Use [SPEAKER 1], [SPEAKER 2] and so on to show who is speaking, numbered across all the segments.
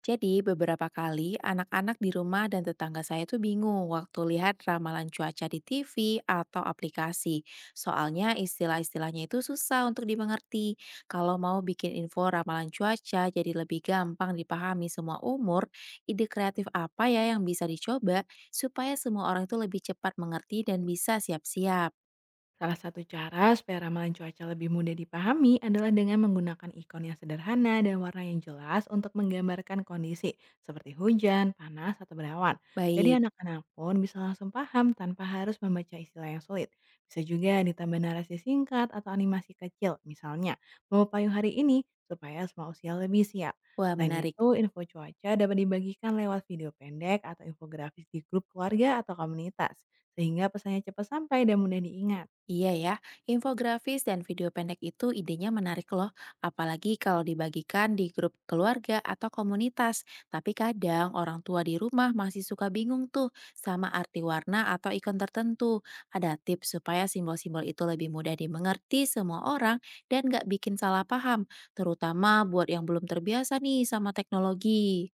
[SPEAKER 1] Jadi beberapa kali anak-anak di rumah dan tetangga saya tuh bingung waktu lihat ramalan cuaca di TV atau aplikasi. Soalnya istilah-istilahnya itu susah untuk dimengerti. Kalau mau bikin info ramalan cuaca jadi lebih gampang dipahami semua umur, ide kreatif apa ya yang bisa dicoba supaya semua orang itu lebih cepat mengerti dan bisa siap-siap.
[SPEAKER 2] Salah satu cara supaya ramalan cuaca lebih mudah dipahami adalah dengan menggunakan ikon yang sederhana dan warna yang jelas untuk menggambarkan kondisi seperti hujan, panas, atau berawan. Jadi
[SPEAKER 1] Baik,
[SPEAKER 2] anak-anak pun bisa langsung paham tanpa harus membaca istilah yang sulit. Bisa juga ditambah narasi singkat atau animasi kecil, misalnya mau payung hari ini supaya semua usia lebih siap.
[SPEAKER 1] wah
[SPEAKER 2] Selain
[SPEAKER 1] menarik.
[SPEAKER 2] itu, info cuaca dapat dibagikan lewat video pendek atau infografis di grup keluarga atau komunitas, sehingga pesannya cepat sampai dan mudah diingat.
[SPEAKER 1] Iya ya, infografis dan video pendek itu idenya menarik loh, apalagi kalau dibagikan di grup keluarga atau komunitas. Tapi kadang orang tua di rumah masih suka bingung tuh sama arti warna atau ikon tertentu. Ada tips supaya simbol-simbol itu lebih mudah dimengerti semua orang dan nggak bikin salah paham, terutama buat yang belum terbiasa nih sama teknologi.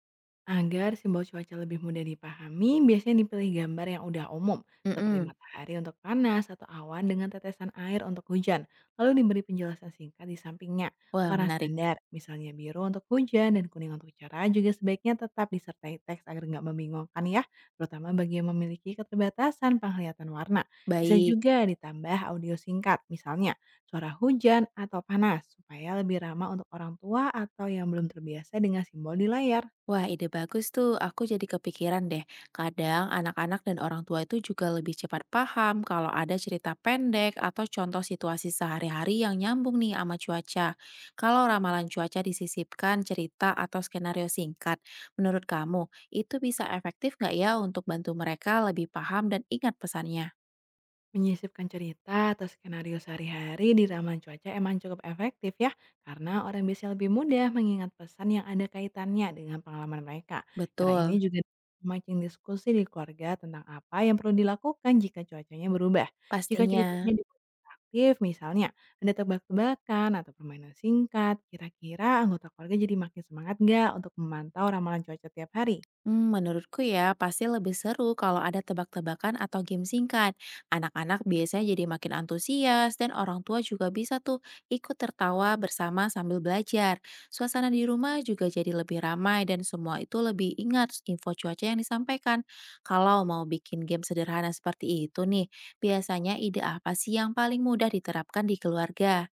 [SPEAKER 2] Agar simbol cuaca lebih mudah dipahami, biasanya dipilih gambar yang udah umum, seperti
[SPEAKER 1] Mm-mm.
[SPEAKER 2] matahari untuk panas atau awan dengan tetesan air untuk hujan, lalu diberi penjelasan singkat di sampingnya.
[SPEAKER 1] Wah
[SPEAKER 2] Warna
[SPEAKER 1] menarik.
[SPEAKER 2] standar, misalnya biru untuk hujan dan kuning untuk cerah juga sebaiknya tetap disertai teks agar nggak membingungkan ya, terutama bagi yang memiliki keterbatasan penglihatan warna. Bisa
[SPEAKER 1] Baik.
[SPEAKER 2] juga ditambah audio singkat, misalnya suara hujan atau panas, supaya lebih ramah untuk orang tua atau yang belum terbiasa dengan simbol di layar.
[SPEAKER 1] Wah, ide bagus tuh. Aku jadi kepikiran deh. Kadang anak-anak dan orang tua itu juga lebih cepat paham kalau ada cerita pendek atau contoh situasi sehari-hari yang nyambung nih sama cuaca. Kalau ramalan cuaca disisipkan cerita atau skenario singkat, menurut kamu itu bisa efektif nggak ya untuk bantu mereka lebih paham dan ingat pesannya?
[SPEAKER 2] Menyisipkan cerita atau skenario sehari-hari di ramalan cuaca emang cukup efektif ya, karena orang bisa lebih mudah mengingat pesan yang ada kaitannya dengan pengalaman mereka. Cara ini
[SPEAKER 1] Betul,
[SPEAKER 2] juga memancing diskusi di keluarga tentang apa yang perlu dilakukan jika cuacanya berubah. Jika ceritanya
[SPEAKER 1] pastinya.
[SPEAKER 2] dibuat aktif, misalnya ada tebak-tebakan atau permainan singkat, kira-kira anggota keluarga jadi makin semangat nggak untuk memantau ramalan cuaca tiap hari?
[SPEAKER 1] Hmm, menurutku ya, pasti lebih seru kalau ada tebak-tebakan atau game singkat. Anak-anak biasanya jadi makin antusias dan orang tua juga bisa tuh ikut tertawa bersama sambil belajar. Suasana di rumah juga jadi lebih ramai dan semua itu lebih ingat info cuaca yang disampaikan. Kalau mau bikin game sederhana seperti itu nih, biasanya ide apa sih yang paling mudah diterapkan di keluarga?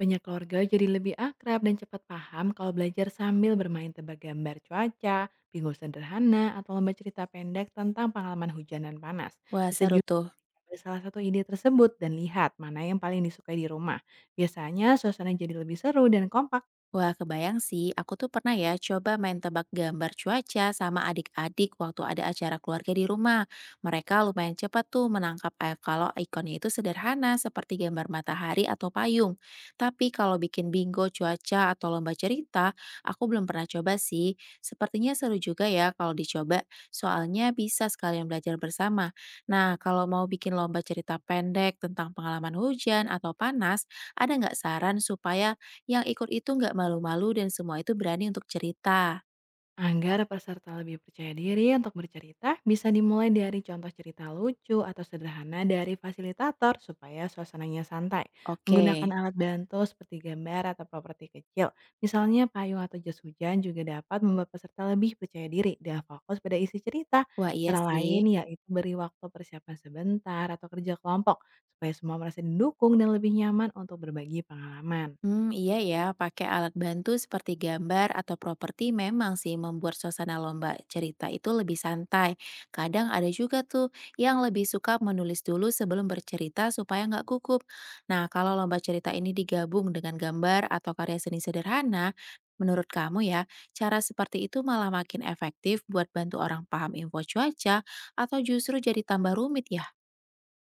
[SPEAKER 2] Banyak keluarga jadi lebih akrab dan cepat paham kalau belajar sambil bermain tebak gambar cuaca, bingo sederhana, atau lomba cerita pendek tentang pengalaman hujan dan panas.
[SPEAKER 1] Wah,
[SPEAKER 2] Bisa
[SPEAKER 1] seru
[SPEAKER 2] juga
[SPEAKER 1] tuh.
[SPEAKER 2] dicoba salah satu ide tersebut dan lihat mana yang paling disukai di rumah. Biasanya suasana jadi lebih seru dan kompak.
[SPEAKER 1] Wah, kebayang sih. Aku tuh pernah ya coba main tebak gambar cuaca sama adik-adik waktu ada acara keluarga di rumah. Mereka lumayan cepat tuh menangkap air kalau ikonnya itu sederhana seperti gambar matahari atau payung. Tapi kalau bikin bingo cuaca atau lomba cerita, aku belum pernah coba sih. Sepertinya seru juga ya kalau dicoba, soalnya bisa sekalian belajar bersama. Nah, kalau mau bikin lomba cerita pendek tentang pengalaman hujan atau panas, ada nggak saran supaya yang ikut itu nggak malu-malu dan semua itu berani untuk cerita.
[SPEAKER 2] Agar peserta lebih percaya diri untuk bercerita, bisa dimulai dari contoh cerita lucu atau sederhana dari fasilitator supaya suasananya santai. Menggunakan
[SPEAKER 1] Oke.
[SPEAKER 2] alat bantu seperti gambar atau properti kecil, misalnya payung atau jas hujan juga dapat membuat peserta lebih percaya diri dan fokus pada isi cerita.
[SPEAKER 1] Wah, iya
[SPEAKER 2] Cara
[SPEAKER 1] sih.
[SPEAKER 2] lain yaitu beri waktu persiapan sebentar atau kerja kelompok supaya semua merasa didukung dan lebih nyaman untuk berbagi pengalaman.
[SPEAKER 1] Hmm, iya ya, pakai alat bantu seperti gambar atau properti memang sih membuat suasana lomba cerita itu lebih santai. Kadang ada juga tuh yang lebih suka menulis dulu sebelum bercerita supaya nggak gugup. Nah, kalau lomba cerita ini digabung dengan gambar atau karya seni sederhana, menurut kamu ya, cara seperti itu malah makin efektif buat bantu orang paham info cuaca atau justru jadi tambah rumit ya?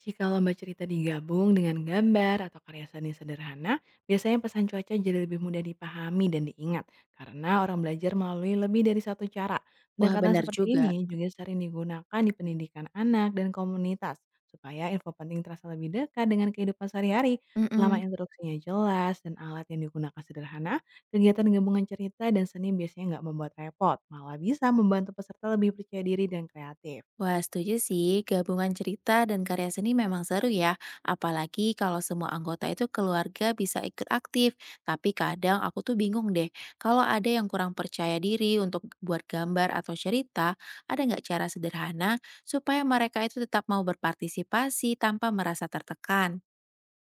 [SPEAKER 2] Jika lomba cerita digabung dengan gambar atau karya seni sederhana, biasanya pesan cuaca jadi lebih mudah dipahami dan diingat karena orang belajar melalui lebih dari satu cara.
[SPEAKER 1] Wah,
[SPEAKER 2] Pendekatan
[SPEAKER 1] benar
[SPEAKER 2] seperti
[SPEAKER 1] juga.
[SPEAKER 2] ini juga sering digunakan di pendidikan anak dan komunitas supaya info penting terasa lebih dekat dengan kehidupan sehari-hari. Selama
[SPEAKER 1] Mm.
[SPEAKER 2] instruksinya jelas dan alat yang digunakan sederhana, kegiatan gabungan cerita dan seni biasanya nggak membuat repot, malah bisa membantu peserta lebih percaya diri dan kreatif.
[SPEAKER 1] Wah, setuju sih. Gabungan cerita dan karya seni memang seru ya. Apalagi kalau semua anggota itu keluarga bisa ikut aktif. Tapi kadang aku tuh bingung deh. Kalau ada yang kurang percaya diri untuk buat gambar atau cerita, ada nggak cara sederhana supaya mereka itu tetap mau berpartisipasi tanpa merasa tertekan?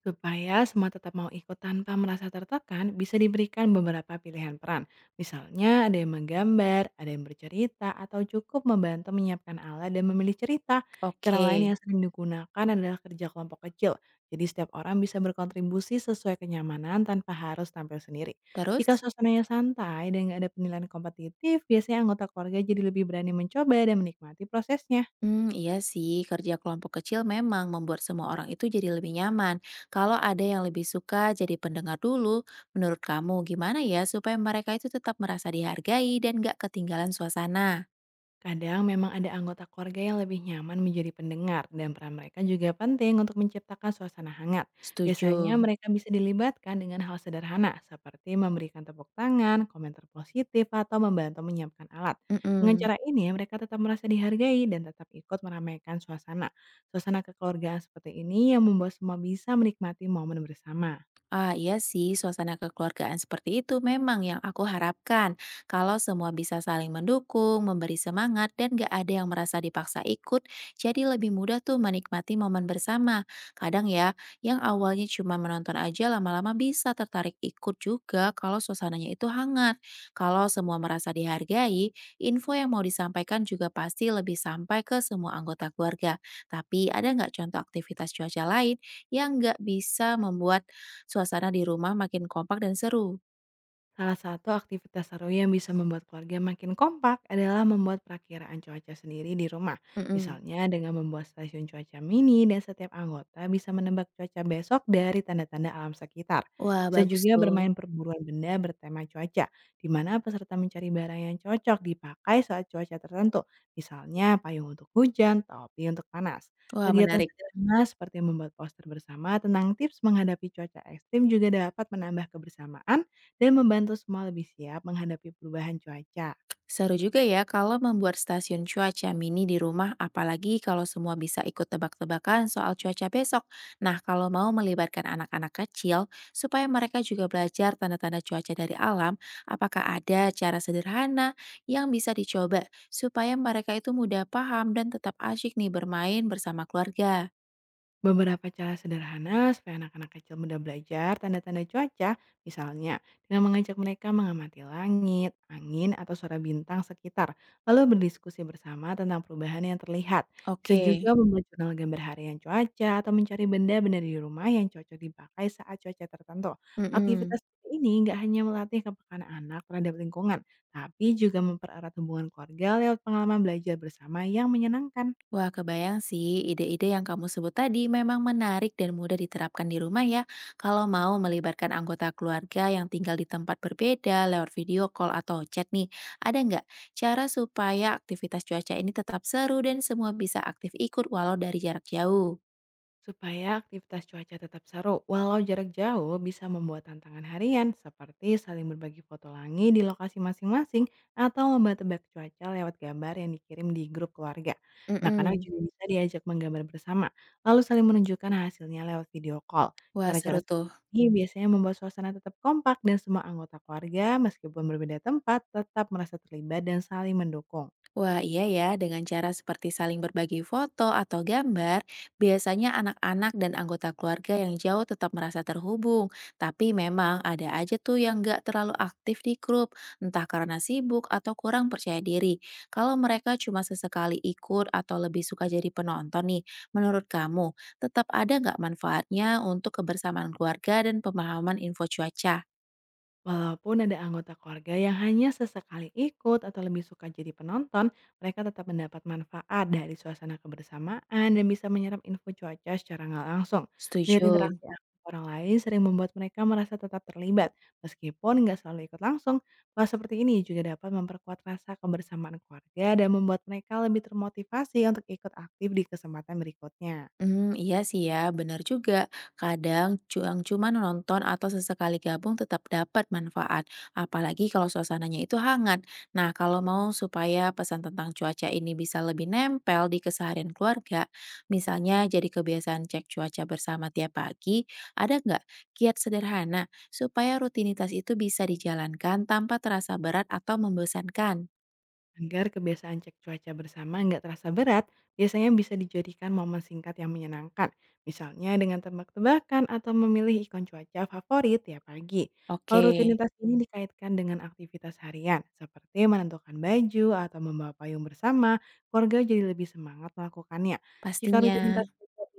[SPEAKER 2] Supaya semua tetap mau ikut tanpa merasa tertekan, bisa diberikan beberapa pilihan peran. Misalnya ada yang menggambar, ada yang bercerita, atau cukup membantu menyiapkan alat dan memilih cerita. Cara
[SPEAKER 1] Oke,
[SPEAKER 2] lain yang sering digunakan adalah kerja kelompok kecil. Jadi setiap orang bisa berkontribusi sesuai kenyamanan tanpa harus tampil sendiri. Jika
[SPEAKER 1] terus?
[SPEAKER 2] suasananya santai dan nggak ada penilaian kompetitif, biasanya anggota keluarga jadi lebih berani mencoba dan menikmati prosesnya.
[SPEAKER 1] Hmm, iya sih, kerja kelompok kecil memang membuat semua orang itu jadi lebih nyaman. Kalau ada yang lebih suka jadi pendengar dulu, menurut kamu gimana ya supaya mereka itu tetap merasa dihargai dan gak ketinggalan suasana?
[SPEAKER 2] Kadang memang ada anggota keluarga yang lebih nyaman menjadi pendengar dan peran mereka juga penting untuk menciptakan suasana hangat.
[SPEAKER 1] Setuju.
[SPEAKER 2] Biasanya mereka bisa dilibatkan dengan hal sederhana seperti memberikan tepuk tangan, komentar positif, atau membantu menyiapkan alat. Dengan
[SPEAKER 1] Mm-mm.
[SPEAKER 2] cara ini mereka tetap merasa dihargai dan tetap ikut meramaikan suasana. Suasana kekeluargaan seperti ini yang membuat semua bisa menikmati momen bersama.
[SPEAKER 1] Ah, iya sih, suasana kekeluargaan seperti itu memang yang aku harapkan. Kalau semua bisa saling mendukung, memberi semangat, dan gak ada yang merasa dipaksa ikut, jadi lebih mudah tuh menikmati momen bersama. Kadang ya, yang awalnya cuma menonton aja lama-lama bisa tertarik ikut juga kalau suasananya itu hangat. Kalau semua merasa dihargai, info yang mau disampaikan juga pasti lebih sampai ke semua anggota keluarga. Tapi ada nggak contoh aktivitas cuaca lain yang nggak bisa membuat suasana di rumah makin kompak dan seru.
[SPEAKER 2] Salah satu aktivitas seru yang bisa membuat keluarga makin kompak adalah membuat perakiraan cuaca sendiri di rumah.
[SPEAKER 1] Mhm.
[SPEAKER 2] Misalnya dengan membuat stasiun cuaca mini dan setiap anggota bisa menebak cuaca besok dari tanda-tanda alam sekitar.
[SPEAKER 1] Wah,
[SPEAKER 2] Bisa
[SPEAKER 1] bagus
[SPEAKER 2] juga
[SPEAKER 1] tuh.
[SPEAKER 2] bermain perburuan benda bertema cuaca, di mana peserta mencari barang yang cocok dipakai saat cuaca tertentu. Misalnya payung untuk hujan, topi untuk panas.
[SPEAKER 1] Wah,
[SPEAKER 2] Kegiatan
[SPEAKER 1] menarik.
[SPEAKER 2] sederhana seperti membuat poster bersama tentang tips menghadapi cuaca ekstrim juga dapat menambah kebersamaan dan membantu semua lebih siap menghadapi perubahan cuaca.
[SPEAKER 1] Seru juga ya kalau membuat stasiun cuaca mini di rumah, apalagi kalau semua bisa ikut tebak-tebakan soal cuaca besok. Nah, kalau mau melibatkan anak-anak kecil supaya mereka juga belajar tanda-tanda cuaca dari alam, apakah ada cara sederhana yang bisa dicoba supaya mereka itu mudah paham dan tetap asyik nih bermain bersama keluarga?
[SPEAKER 2] Beberapa cara sederhana supaya anak-anak kecil mudah belajar tanda-tanda cuaca, misalnya dengan mengajak mereka mengamati langit, angin, atau suara bintang sekitar, lalu berdiskusi bersama tentang perubahan yang terlihat. Bisa
[SPEAKER 1] Oke.
[SPEAKER 2] juga membuat jurnal gambar harian cuaca atau mencari benda-benda di rumah yang cocok dipakai saat cuaca tertentu.
[SPEAKER 1] Mhm.
[SPEAKER 2] Aktivitas seperti ini nggak hanya melatih kepekaan anak terhadap lingkungan, tapi juga mempererat hubungan keluarga lewat pengalaman belajar bersama yang menyenangkan.
[SPEAKER 1] Wah, kebayang sih, ide-ide yang kamu sebut tadi memang menarik dan mudah diterapkan di rumah ya. Kalau mau melibatkan anggota keluarga yang tinggal di tempat berbeda lewat video call atau chat nih, ada nggak cara supaya aktivitas cuaca ini tetap seru dan semua bisa aktif ikut walau dari jarak jauh?
[SPEAKER 2] Supaya aktivitas cuaca tetap seru, walau jarak jauh bisa membuat tantangan harian seperti saling berbagi foto langit di lokasi masing-masing atau lomba tebak cuaca lewat gambar yang dikirim di grup keluarga. Anak-anak
[SPEAKER 1] Mm-mm.
[SPEAKER 2] juga bisa diajak menggambar bersama, lalu saling menunjukkan hasilnya lewat video call.
[SPEAKER 1] Wah, seru
[SPEAKER 2] Cara-cara
[SPEAKER 1] tuh.
[SPEAKER 2] seperti ini biasanya membuat suasana tetap kompak dan semua anggota keluarga meskipun berbeda tempat tetap merasa terlibat dan saling mendukung.
[SPEAKER 1] Wah, iya ya, dengan cara seperti saling berbagi foto atau gambar, biasanya anak-anak dan anggota keluarga yang jauh tetap merasa terhubung. Tapi memang ada aja tuh yang nggak terlalu aktif di grup, entah karena sibuk atau kurang percaya diri. Kalau mereka cuma sesekali ikut atau lebih suka jadi penonton nih, menurut kamu, tetap ada nggak manfaatnya untuk kebersamaan keluarga dan pemahaman info cuaca?
[SPEAKER 2] Walaupun ada anggota keluarga yang hanya sesekali ikut atau lebih suka jadi penonton, mereka tetap mendapat manfaat dari suasana kebersamaan dan bisa menyerap info cuaca secara nggak langsung. Melihat
[SPEAKER 1] Setuju.
[SPEAKER 2] interaksi aktif orang lain sering membuat mereka merasa tetap terlibat, meskipun nggak selalu ikut langsung. Hal seperti ini juga dapat memperkuat rasa kebersamaan keluarga dan membuat mereka lebih termotivasi untuk ikut aktif di kesempatan berikutnya.
[SPEAKER 1] Hmm, iya sih ya, benar juga. Kadang cuma nonton atau sesekali gabung tetap dapat manfaat, apalagi kalau suasananya itu hangat. Nah, kalau mau supaya pesan tentang cuaca ini bisa lebih nempel di keseharian keluarga, misalnya jadi kebiasaan cek cuaca bersama tiap pagi, ada nggak kiat sederhana supaya rutinitas itu bisa dijalankan tanpa terasa berat atau membosankan?
[SPEAKER 2] Agar kebiasaan cek cuaca bersama nggak terasa berat, biasanya bisa dijadikan momen singkat yang menyenangkan. Misalnya dengan tebak-tebakan atau memilih ikon cuaca favorit tiap pagi.
[SPEAKER 1] Oke,
[SPEAKER 2] Kalau rutinitas ini dikaitkan dengan aktivitas harian, seperti menentukan baju atau membawa payung bersama, keluarga jadi lebih semangat melakukannya. Jika
[SPEAKER 1] pastinya.
[SPEAKER 2] rutinitas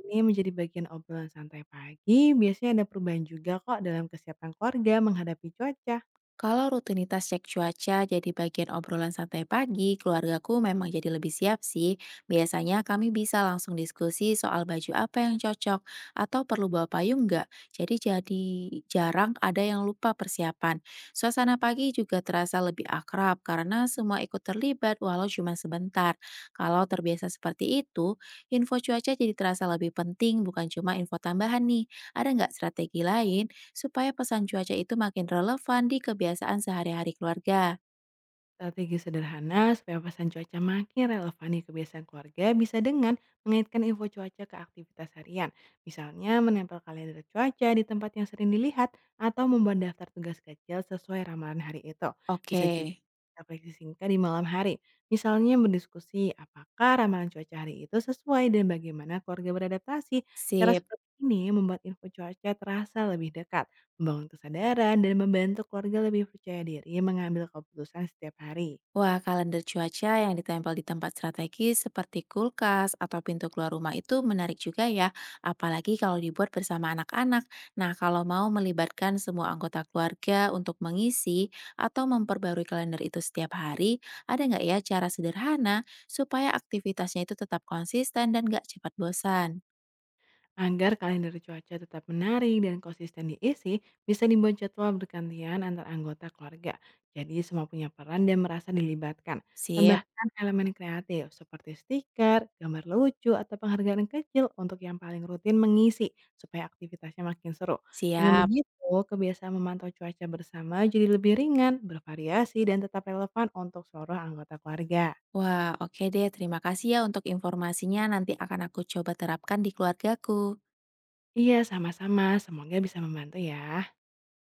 [SPEAKER 2] ini menjadi bagian obrolan santai pagi, biasanya ada perubahan juga kok dalam kesiapan keluarga menghadapi cuaca.
[SPEAKER 1] Kalau rutinitas cek cuaca jadi bagian obrolan santai pagi, keluargaku memang jadi lebih siap sih. Biasanya kami bisa langsung diskusi soal baju apa yang cocok atau perlu bawa payung nggak. Jadi jarang ada yang lupa persiapan. Suasana pagi juga terasa lebih akrab karena semua ikut terlibat walau cuma sebentar. Kalau terbiasa seperti itu, info cuaca jadi terasa lebih penting bukan cuma info tambahan nih. Ada nggak strategi lain supaya pesan cuaca itu makin relevan di kebiasaan sehari-hari keluarga.
[SPEAKER 2] Strategi sederhana supaya pesan cuaca makin relevan di kebiasaan keluarga bisa dengan mengaitkan info cuaca ke aktivitas harian. Misalnya menempel kalender cuaca di tempat yang sering dilihat atau membuat daftar tugas kecil sesuai ramalan hari itu. Bisa
[SPEAKER 1] Oke,
[SPEAKER 2] juga refleksi singkat di malam hari. Misalnya berdiskusi apakah ramalan cuaca hari itu sesuai dan bagaimana keluarga beradaptasi. Cara
[SPEAKER 1] sip.
[SPEAKER 2] seperti ini membuat info cuaca terasa lebih dekat, membangun kesadaran, dan membantu keluarga lebih percaya diri mengambil keputusan setiap hari.
[SPEAKER 1] Wah, kalender cuaca yang ditempel di tempat strategis seperti kulkas atau pintu keluar rumah itu menarik juga ya, apalagi kalau dibuat bersama anak-anak. Nah, kalau mau melibatkan semua anggota keluarga untuk mengisi atau memperbarui kalender itu setiap hari, ada nggak ya cara sederhana supaya aktivitasnya itu tetap konsisten dan nggak cepat bosan?
[SPEAKER 2] Agar kalender cuaca tetap menarik dan konsisten diisi, bisa dibuat jadwal bergantian antar anggota keluarga. Jadi semua punya peran dan merasa dilibatkan.
[SPEAKER 1] Sip,
[SPEAKER 2] Tambahkan elemen kreatif seperti stiker, gambar lucu, atau penghargaan kecil untuk yang paling rutin mengisi supaya aktivitasnya makin seru. Dengan
[SPEAKER 1] siap.
[SPEAKER 2] begitu, kebiasaan memantau cuaca bersama jadi lebih ringan, bervariasi, dan tetap relevan untuk seluruh anggota keluarga.
[SPEAKER 1] Wah, oke deh. Terima kasih ya untuk informasinya. Nanti akan aku coba terapkan di keluargaku.
[SPEAKER 2] Iya, sama-sama. Semoga bisa membantu ya.